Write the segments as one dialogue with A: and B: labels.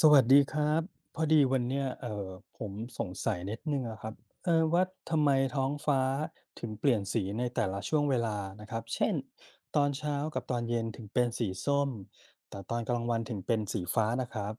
A: สวัสดีครับพอดีวันเนี้ยผมสงสัยนิดหนึ่งอะครับว่าทำไมท้องฟ้าถึงเปลี่ยนสีในแต่ละช่วงเวลานะครับเช่นตอนเช้ากับตอนเย็นถึงเป็นสีส้มแต่ตอนกลางวันถึงเป็นสีฟ้านะครับ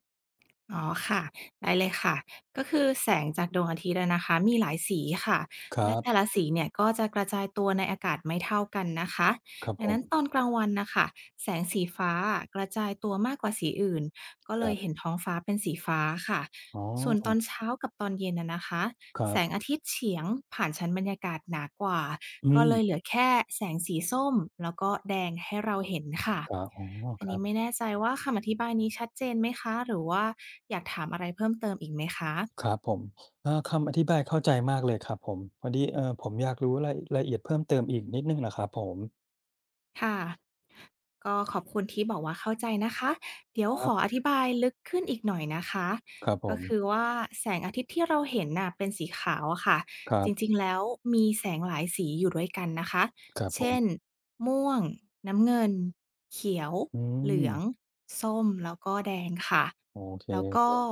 B: อ๋อค่ะได้เลยค่ะก็คือแสงจากดวงอาทิตย์อะนะคะมีหลายสีค่ะ
A: ครั
B: และแต่ละ
A: บ
B: สีเนี่ยก็จะกระจายตัวในอากาศไม่เท่ากันนะคะ
A: ครับ
B: ดั
A: ผ
B: งนั้
A: ม
B: นตอนกลางวันนะคะแสงสีฟ้ากระจายตัวมากกว่าสีอื่นก็
A: ค
B: เล
A: รั
B: ยเห็น
A: บ
B: ท้องฟ้าเป็นสีฟ้าค่ะ
A: อ๋
B: ส่วนตอ
A: อ
B: นเช้ากับตอนเย็นนะคะ
A: ครั
B: แสง
A: บ
B: อาทิตย์เฉียงผ่านชั้นบรรยากาศหนากว่า
A: อื
B: ก็เลยเหลื
A: ม
B: อแค่แสงสีส้มแล้วก็แดงให้เราเห็นค่ะ
A: ครับอ๋อ
B: อัน
A: ครั
B: นี้
A: บ
B: ไม่แน่ใจว่าคำอธิบายนี้ชัดเจนไหมคะหรือว่าอยากถามอะไรเพิ่มเติมอีกไหมคะ
A: ครับผมคำอธิบายเข้าใจมากเลยครับผมพอดีผมอยากรู้รายรละเอียดเพิ่มเติมอีกนิดหนึ่งนะครับผม
B: ค่ะก็ขอบคุณที่บอกว่าเข้าใจนะคะเดี๋ยว
A: ค
B: ข
A: รั
B: ออ
A: บ
B: ธิบายลึกขึ้นอีกหน่อยนะคะ
A: ครับผ
B: ก็
A: ม
B: คือว่าแสงอาทิตย์ที่เราเห็นน่ะเป็นสีขาวอะค่ะ
A: ครั
B: จ
A: บ
B: ริงๆแล้วมีแสงหลายสีอยู่ด้วยกันนะคะ
A: ครับผ
B: เช่
A: ม
B: นม่วงน้ำเงินเขียว
A: อื
B: เหลือง
A: ม
B: ส้มแล้วก็แดงค่ะ
A: โอเค
B: แล้วก็
A: แล้ว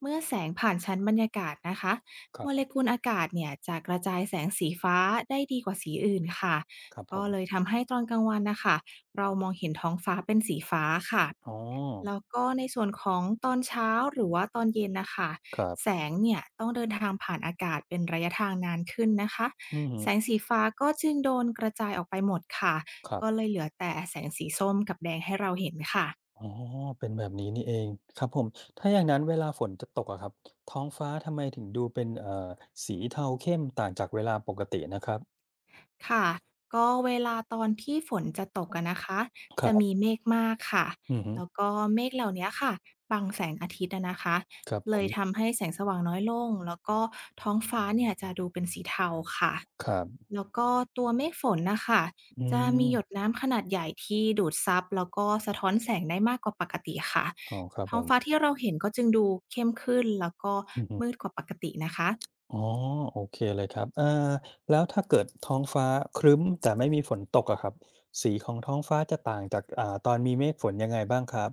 B: เมื่อแสงผ่านชั้นบรรยากาศนะคะ
A: ค
B: โมเล
A: รับ
B: กุลอากาศเนี่ยจะกระจายแสงสีฟ้าได้ดีกว่าสีอื่นค่ะ
A: ครับผ
B: ก็
A: ม
B: เลยทำให้ตอนกลางวันนะคะเรามองเห็นท้องฟ้าเป็นสีฟ้าค่ะ
A: อ๋อ
B: แล้วก็ในส่วนของตอนเช้าหรือว่าตอนเย็นนะคะ
A: ครั
B: แส
A: บ
B: งเนี่ยต้องเดินทางผ่านอากาศเป็นระยะทางนานขึ้นนะคะ
A: อือฮึ
B: แสงสีฟ้าก็จึงโดนกระจายออกไปหมดค่ะ
A: ครั
B: ก็เล
A: บ
B: ยเหลือแต่แสงสีส้มกับแดงให้เราเห็นค่ะ
A: อ๋อเป็นแบบนี้นี่เองครับผมถ้าอย่างนั้นเวลาฝนจะตกอะครับท้องฟ้าทำไมถึงดูเป็นสีเทาเข้มต่างจากเวลาปกตินะครับ
B: ค่ะก็เวลาตอนที่ฝนจะตกอะนะคะ
A: ค
B: จะ
A: รั
B: มี
A: บ
B: เมฆมากค่ะ
A: อือฮึ
B: แล้วก็เมฆเหล่าเนี้ยค่ะบังแสงอาทิตย์อะนะคะ
A: ครับผ
B: เลย
A: ม
B: ทำให้แสงสว่างน้อยลงแล้วก็ท้องฟ้าเนี่ยจะดูเป็นสีเทาค่ะ
A: ครับ
B: แล้วก็ตัวเมฆฝนนะคะ
A: อื
B: จะมีหยด
A: ม
B: น้ำขนาดใหญ่ที่ดูดซับแล้วก็สะท้อนแสงได้มากกว่าปกติค่ะ
A: อ๋อครับ
B: ท้อ
A: ผ
B: ง
A: ม
B: ฟ้าที่เราเห็นก็จึงดูเข้มขึ้นแล้วก็
A: อือฮึ
B: มืดกว่าปกตินะคะ
A: อ๋อโอเคเลยครับแล้วถ้าเกิดท้องฟ้าครึ้มแต่ไม่มีฝนตกอะครับสีของท้องฟ้าจะต่างจากตอนมีเมฆฝนยังไงบ้างครับ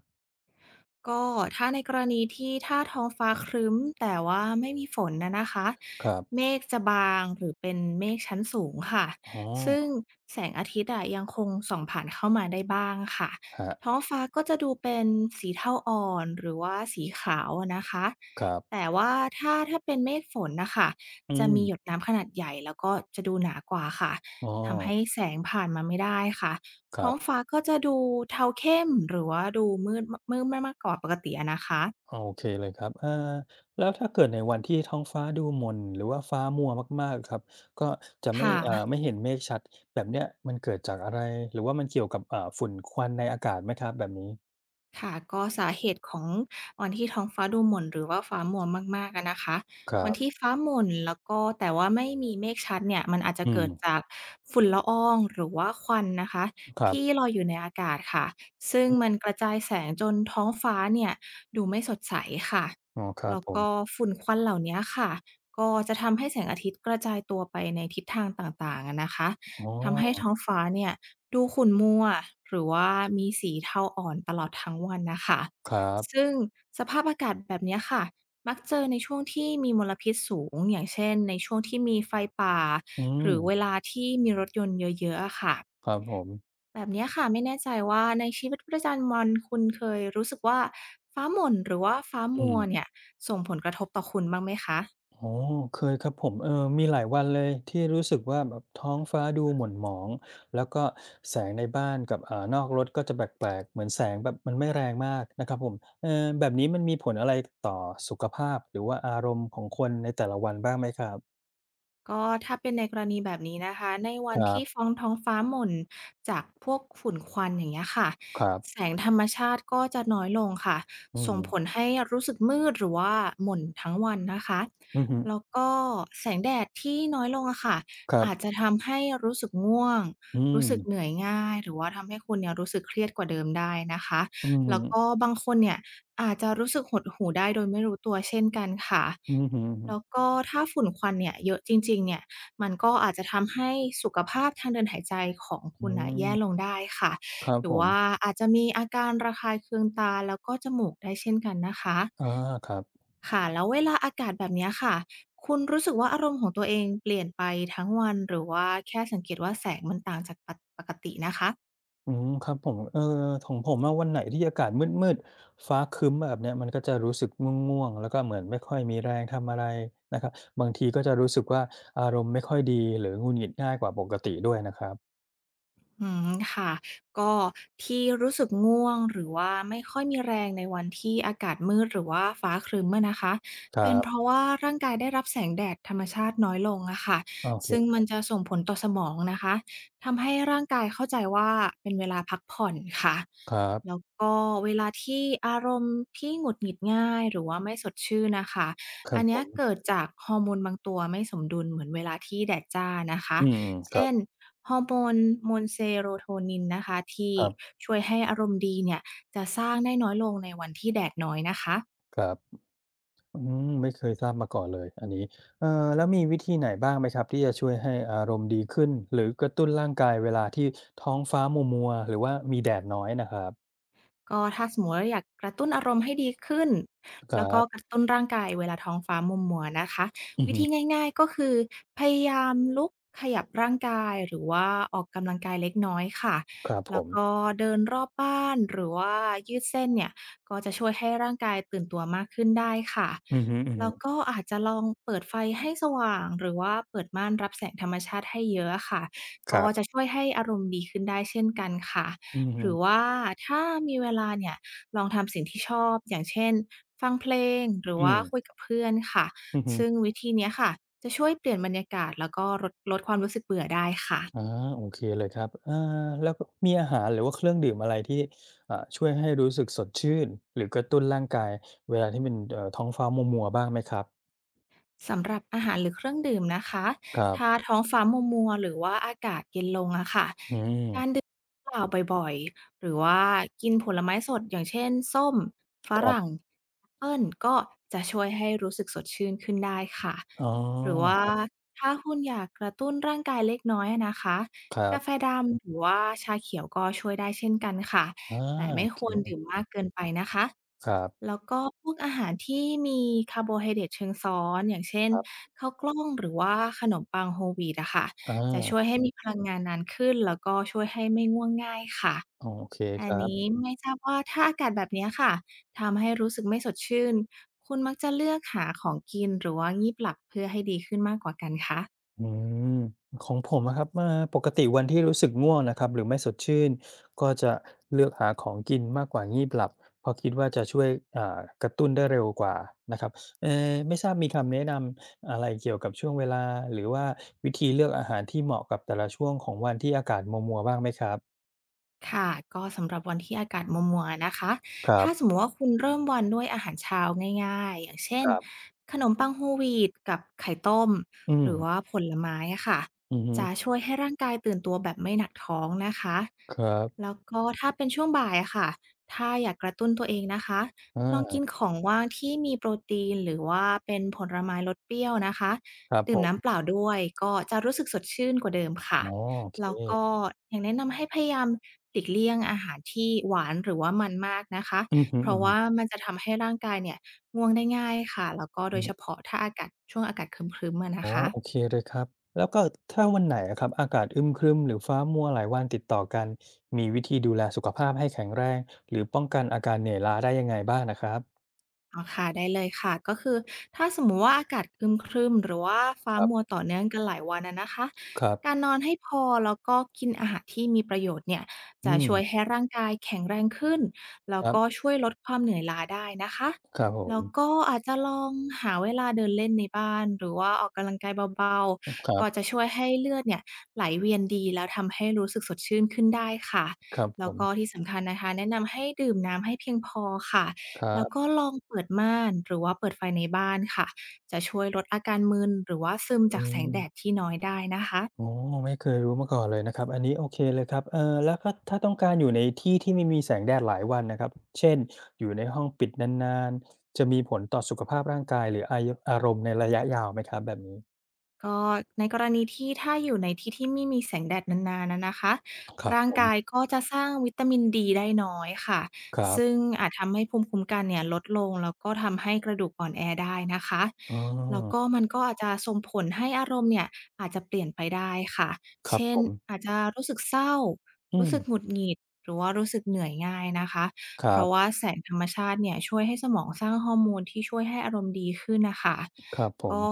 B: ก็ถ้าในกรณีที่ถ้าท้องฟ้าครึ้มแต่ว่าไม่มีฝนนะคะ
A: ครับ
B: เมฆจะบางหรือเป็นเมฆชั้นสูงค่ะ
A: อ๋
B: ซึ่ง
A: อ
B: แสงอาทิตย์อะยังคงส่องผ่านเข้ามาได้บ้างค่ะ
A: ครั
B: ท้
A: บ
B: องฟ้าก็จะดูเป็นสีเทาอ่อนหรือว่าสีขาวอะนะคะ
A: ครับ
B: แต่ว่าถ้าเป็นเมฆฝนนะคะ
A: อื
B: จะ
A: ม
B: มีหยดน้ำขนาดใหญ่แล้วก็จะดูหนากว่าค่ะ
A: อ๋อ
B: ทำให้แสงผ่านมาไม่ได้ค่ะ
A: ค
B: ท้อ
A: รั
B: ง
A: บ
B: ฟ้าก็จะดูเทาเข้มหรือว่าดูมืดมากมากกว่าปกติอะนะคะ
A: โอเคเลยครับแล้วถ้าเกิดในวันที่ท้องฟ้าดูหม่นหรือว่าฟ้ามัวมากๆครับก็จะ
B: ค
A: ไม่เอ่อ
B: ่ะ
A: ไม่เห็นเมฆชัดแบบเนี้ยมันเกิดจากอะไรหรือว่ามันเกี่ยวกับฝุ่นควันในอากาศไหมครับแบบนี้
B: ค่ะก็สาเหตุของวันที่ท้องฟ้าดูหม่นหรือว่าฟ้ามัวมากๆอะนะคะ
A: ครั
B: วันที่
A: บ
B: ฟ้าหม่นแล้วก็แต่ว่าไม่มีเมฆชัดเนี่ยมันอาจจะ
A: อื
B: เกิ
A: ม
B: ดจากฝุ่นละอองหรือว่าควันนะคะ
A: ครั
B: ที่
A: บ
B: ลอยอยู่ในอากาศค่ะซึ่ง
A: อือ
B: มันกระจายแสงจนท้องฟ้าเนี่ยดูไม่สดใสค่ะ
A: อ๋อครับ
B: แล้ว
A: ผม
B: ก็ฝุ่นควันเหล่าเนี้ยค่ะก็จะทำให้แสงอาทิตย์กระจายตัวไปในทิศทางต่างๆอะนะคะ
A: อ๋อ
B: ทำให้ท้องฟ้าเนี่ยดูขุ่นมัวหรือว่ามีสีเทาอ่อนตลอดทั้งวันนะคะ
A: ครับ
B: ซึ่งสภาพอากาศแบบเนี้ยค่ะมักเจอในช่วงที่มีมลพิษสูงอย่างเช่นในช่วงที่มีไฟป่า
A: อื
B: ห
A: ม
B: รือเวลาที่มีรถยนต์เยอะๆอะค่ะ
A: ครับผม
B: แบบเนี้ยค่ะไม่แน่ใจว่าในชีวิตประจำวันคุณเคยรู้สึกว่าฟ้าหม่นหรือว่าฟ้า
A: อื
B: มัว
A: ม
B: เนี่ย
A: อ๋อเคยครับผมมีหลายวันเลยที่รู้สึกว่าแบบท้องฟ้าดูหม่นหมองแล้วก็แสงในบ้านกับเอ่านอกรถก็จะแปลกๆเหมือนแสงแบบมันไม่แรงมากนะครับผมเออแบบนี้มันมีผลอะไรต่อสุขภาพหรือว่าอารมณ์ของคนในแต่ละวันบ้างไหมครับ
B: ก็ถ้าเป็นในกรณีแบบนี้นะคะในวั
A: ค
B: น
A: รั
B: ที่ฟ้
A: บ
B: องท้องฟ้าหม่นจากพวกฝุ่นควันอย่างเงี้ยค่ะ
A: ครั
B: แส
A: บ
B: งธรรมชาติก็จะน้อยลงค่ะ
A: อื
B: ส่ง
A: ม
B: ผลให้รู้สึกมืดหรือว่าหม่นทั้งวันนะคะ
A: อื
B: แล้ว
A: ม
B: ก็แสงแดดที่น้อยลงอะค่ะ
A: ครั
B: อาจจะ
A: บ
B: ทำให้รู้สึกง่วง
A: อืม
B: รู้สึกเหนื่อยง่ายหรือว่าทำให้คุณเนี่ยรู้สึกเครียดกว่าเดิมได้นะคะ
A: อื
B: แล้วก็
A: ม
B: บางคนเนี่ย อาจจะรู้สึกหดหู่ได้โดยไม่รู้ตัวเช่นกันค่ะ
A: อื
B: แล้ว
A: ม
B: ก็ถ้าฝุ่นควันเนี่ยเยอะจริงๆเนี่ยมันก็อาจจะทำให้สุขภาพทางเดินหายใจของ
A: อื
B: คุณน่ะแย่ล
A: ม
B: งได้ค่ะ
A: ครับ
B: หรื
A: ผ
B: อ
A: ม
B: ว่าอาจจะมีอาการระคายเคืองตาแล้วก็จมูกได้เช่นกันนะคะ
A: อาครับ
B: ค่ะแล้วเวลาอากาศแบบเนี้ยค่ะคุณรู้สึกว่าอารมณ์ของตัวเองเปลี่ยนไปทั้งวันหรือว่าแค่สังเกตว่าแสงมันต่างจากปกตินะคะ
A: อืมครับผมของผมอะวันไหนที่อากาศมืดๆฟ้าครึ้มแบบเนี้ยมันก็จะรู้สึกง่วงๆแล้วก็เหมือนไม่ค่อยมีแรงทำอะไรนะครับบางทีก็จะรู้สึกว่าอารมณ์ไม่ค่อยดีหรือหงุดหงิดง่ายกว่าปกติด้วยนะครับ
B: อืมค่ะก็ที่รู้สึกง่วงหรือว่าไม่ค่อยมีแรงในวันที่อากาศมืดหรือว่าฟ้าครึ้มอะนะคะ
A: ครั
B: เป็นเพ
A: บ
B: ราะว่าร่างกายได้รับแสงแดดธรรมชาติน้อยลงอะค่ะ
A: อาโอ
B: ซึ่งมั
A: เค
B: นจะส่งผลต่อสมองนะคะทำให้ร่างกายเข้าใจว่าเป็นเวลาพักผ่อนค่ะ
A: ครั
B: แล้ว
A: บ
B: ก็เวลาที่อารมณ์ที่หงุดหงิดง่ายหรือว่าไม่สดชื่นนะคะ
A: ครั
B: อั
A: บ
B: น
A: ผ
B: เนี้ย
A: ม
B: เกิดจากฮอร์โมนบางตัวไม่สมดุลเหมือนเวลาที่แดดจ้านะคะ
A: อืมครั
B: เช่
A: บ
B: นฮอร์โมนเซโรโทนินนะคะที่
A: ครับ
B: ช่วยให้อารมณ์ดีเนี่ยจะสร้างได้น้อยลงในวันที่แดดน้อยนะคะ
A: ครับอืมไม่เคยทราบมาก่อนเลยอันนี้เอ่อแล้วมีวิธีไหนบ้างไหมครับที่จะช่วยให้อารมณ์ดีขึ้นหรือกระตุ้นร่างกายเวลาที่ท้องฟ้ามัวๆหรือว่ามีแดดน้อยนะครับ
B: ก็ถ้าสมมุติว่าอยากกระตุ้นอารมณ์ให้ดีขึ้น
A: ค
B: แล้
A: รั
B: วก็ก
A: บ
B: ระตุ้นร่างกายเวลาท้องฟ้ามัวมัวนะคะวิธี ง่ายๆก็คือพยายามลุกขยับร่างกายหรือว่าออกกำลังกายเล็กน้อยค่ะ
A: ครับผ
B: แล้ว
A: ม
B: ก็เดินรอบบ้านหรือว่ายืดเส้นเนี่ยก็จะช่วยให้ร่างกายตื่นตัวมากขึ้นได้ค่ะ
A: อือฮึ
B: แล้ว
A: ๆ
B: ก็อาจจะลองเปิดไฟให้สว่างหรือว่าเปิดม่านรับแสงธรรมชาติให้เยอะค่ะ
A: ค
B: ก็
A: รั
B: จะ
A: บ
B: ช่วยให้อารมณ์ดีขึ้นได้เช่นกันค่ะ
A: อือ
B: ห
A: ฮึ
B: รือว่าถ้ามีเวลาเนี่ยลองทำสิ่งที่ชอบอย่างเช่นฟังเพลงหรือ
A: อื
B: ว่า
A: ม
B: คุยกับเพื่อนค่ะ
A: อือฮึ
B: ซึ่งวิธีเนี้ยค่ะจะช่วยเปลี่ยนบรรยากาศแล้วก็ลดความรู้สึกเบื่อได้ค่ะ
A: อาโอเคเลยครับอาแล้วก็มีอาหารหรือว่าเครื่องดื่มอะไรที่ช่วยให้รู้สึกสดชื่น หรือกระตุ้นร่างกายเวลาที่มันท้องฟ้ามัวๆบ้างไหมครับ
B: สำหรับอาหารหรือเครื่องดื่มนะคะ
A: ครั
B: ถ้า
A: บ
B: ท้องฟ้ามัวๆหรือว่าอากาศเย็นลงอะค่ะ
A: อืม
B: เปล่าบ่อยๆ หรือว่ากินผลไม้สดอย่างเช่นส้มฝ
A: ครั
B: รั่ง
A: บ
B: แอปเปิลก็จะช่วยให้รู้สึกสดชื่นขึ้นได้ค่ะ
A: อ๋อ
B: หรือว่าถ้าคุณอยากกระตุ้นร่างกายเล็กน้อยอะนะคะ
A: ครั
B: กาแฟ
A: บ
B: ดำหรือว่าชาเขียวก็ช่วยได้เช่นกันค่ะ
A: ออา
B: แต่
A: โอ
B: ไม่ค
A: เค
B: วรดื่มมากเกินไปนะคะ
A: ครับ
B: แล้วก็พวกอาหารที่มีคาร์โบไฮเดรตเชิงซ้อนอย่างเช่น
A: ครับ
B: ข้าวกล้องหรือว่าขนมปัง Whole wheat อะค่ะ
A: อา
B: จะช่วยให้มีพลังงานนานขึ้นแล้วก็ช่วยให้ไม่ง่วงง่ายค่ะ
A: โอเคค
B: อัน
A: รั
B: นี้
A: บ
B: ไม่ทราบว่าถ้าอากาศแบบเนี้ยค่ะทำให้รู้สึกไม่สดชื่นคุณมักจะเลือกหาของกินหรือว่างีบหลับเพื่อให้ดีขึ้นมากกว่ากันคะ
A: อืมของผมนะครับมาปกติวันที่รู้สึกง่วงนะครับหรือไม่สดชื่นก็จะเลือกหาของกินมากกว่างีบหลับเพราะคิดว่าจะช่วยกระตุ้นได้เร็วกว่านะครับเอไม่ทราบมีคำแนะนำอะไรเกี่ยวกับช่วงเวลาหรือว่าวิธีเลือกอาหารที่เหมาะกับแต่ละช่วงของวันที่อากาศมัวๆบ้างไหมครับ
B: ค่ะก็สำหรับวันที่อากาศมัวๆนะคะ
A: ครั
B: ถ้า
A: บ
B: สมมติว่าคุณเริ่มวันด้วยอาหารเช้าง่ายๆอย่างเช่
A: ค
B: น
A: รับ
B: ขนมปังโฮลวีตกับไข่ต้ม
A: อื
B: ห
A: ม
B: รือว่าผลไม้อะค่ะ
A: อื
B: จะ
A: ม
B: ช่วยให้ร่างกายตื่นตัวแบบไม่หนักท้องนะคะ
A: ครับ
B: แล้วก็ถ้าเป็นช่วงบ่ายอะค่ะถ้าอยากกระตุ้นตัวเองนะคะลองกิ
A: อา
B: นของว่างที่มีโปรตีนหรือว่าเป็นผลไม้รสเปรี้ยวนะคะ
A: ครับ
B: ดื่
A: ผ
B: ม
A: ม
B: น้ำเปล่าด้วยก็จะรู้สึกสดชื่นกว่าเดิมค่ะ
A: อ๋อโอเค
B: แล้วก็ยังแนะนำให้พยายามหลีกเลี่ยงอาหารที่หวานหรือว่ามันมากนะคะ
A: อืมอ
B: เพราะ
A: ม
B: ว่ามันจะทำให้ร่างกายเนี่ยง่วงได้ง่ายค่ะแล้วก็โด
A: อื
B: ยเฉ
A: ม
B: พาะถ้าอากาศช่วงอากาศครึ้มๆอะนะ
A: อ๋อโอ
B: คะ
A: เคเลยครับแล้วก็ถ้าวันไหนอะครับอากาศอึมครึมหรือฟ้ามัวหลายวันติดต่อกันมีวิธีดูแลสุขภาพให้แข็งแรงหรือป้องกันอาการเหนื่อยล้าได้ยังไงบ้างนะครับ
B: อ๋อค่ะได้เลยค่ะก็คือถ้าสมมุติว่าอากาศครึ้มๆหรือว่าฟ้า
A: ครับ
B: มัวต่อเนื่องกันหลายวันอะนะคะ
A: ครับ
B: การนอนให้พอแล้วก็กินอาหารที่มีประโยชน์เนี่ย
A: อื
B: จะ
A: ม
B: ช่วยให้ร่างกายแข็งแรงขึ้นแล้ว
A: ครั
B: ก็
A: บ
B: ช่วยลดความเหนื่อยล้าได้นะคะ
A: ครับผม
B: แล้วก็อาจจะลองหาเวลาเดินเล่นในบ้านหรือว่าออกกำลังกายเบา
A: ค
B: ๆ
A: รั
B: ก็จะ
A: บ
B: ช่วยให้เลือดเนี่ยไหลเวียนดีแล้วทำให้รู้สึกสดชื่นขึ้นได้ค่ะ
A: ครับผ
B: แล้วก็
A: ม
B: ที่สำคัญนะคะแนะนำให้ดื่มน้ำให้เพียงพอค่ะ
A: ครั
B: แล้วก็
A: บ
B: ลองเปิดม่านหรือว่าเปิดไฟในบ้านค่ะจะช่วยลดอาการมึนหรือว่าซึม
A: อื
B: จากแสงแดด
A: ม
B: ที่น้อยได้นะ
A: อ๋อ
B: คะ
A: ไม่เคยรู้มาก่อนเลยนะครับอันนี้โอเคเลยครับแล้วก็ถ้าต้องการอยู่ในที่ที่ไม่มีแสงแดดหลายวันนะครับเช่นอยู่ในห้องปิดนานๆจะมีผลต่อสุขภาพร่างกายหรืออายอารมณ์ในระยะยาวไหมครับแบบนี้
B: ก็ในกรณีที่ถ้าอยู่ในที่ที่ไม่มีแสงแดดนานๆนะคะ
A: ครับ
B: ร่าง
A: ผม
B: กายก็จะสร้างวิตามินดีได้น้อยค่ะ
A: ครั
B: ซึ่ง
A: บ
B: อาจทำให้ภูมิคุ้มกันเนี่ยลดลงแล้วก็ทำให้กระดูกอ่อนแอได้นะคะ
A: อ๋
B: แล้วก็
A: อ
B: มันก็อาจจะส่งผลให้อารมณ์เนี่ยอาจจะเปลี่ยนไปได้ค่ะ
A: ครับ
B: เช่
A: ผ
B: นอา
A: ม
B: จจะรู้สึกเศร้า
A: อื
B: รู้
A: ม
B: สึกหงุดหงิดหรือว่ารู้สึกเหนื่อยง่ายนะคะ
A: ค
B: เพ
A: รั
B: ราะ
A: บ
B: ว่าแสงธรรมชาติเนี่ยช่วยให้สมองสร้างฮอร์โมนที่ช่วยให้อารมณ์ดีขึ้นน่ะคะ
A: ครับผม
B: ก็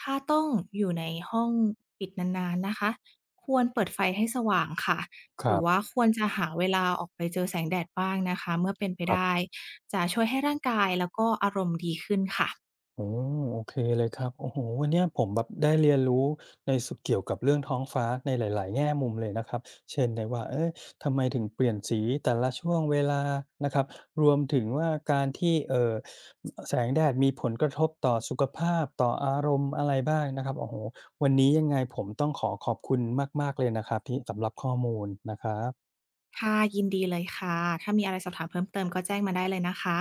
B: ถ้าต้องอยู่ในห้องปิดนานๆนะคะควรเปิดไฟให้สว่างค่ะ
A: ค
B: หรื
A: รั
B: อว่า
A: บ
B: ควรจะหาเวลาออกไปเจอแสงแดดบ้างนะคะเมื่อเป็นไป
A: ครั
B: ได้
A: บ
B: จะช่วยให้ร่างกายแล้วก็อารมณ์ดีขึ้นค่ะ
A: โอ้โอเคเลยครับโอ้โฮวันเนี้ยผมแบบได้เรียนรู้ในสุดเกี่ยวกับเรื่องท้องฟ้าในหลายๆแง่มุมเลยนะครับเช่นได้ว่าเอ๊ยทำไมถึงเปลี่ยนสีแต่ละช่วงเวลานะครับรวมถึงว่าการที่แสงแดดมีผลกระทบต่อสุขภาพต่ออารมณ์อะไรบ้างนะครับโอ้โฮวันนี้ยังไงผมต้องขอขอบคุณมากๆเลยนะครับที่สำหรับข้อมูลนะครับ
B: ค่ะยินดีเลยค่ะถ้ามีอะไรสอบถามเพิ่มเติมก็แจ้งมาได้เลยนะคะ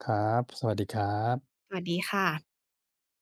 A: ครับสวัสดีครับ
B: สวัสดีค่ะ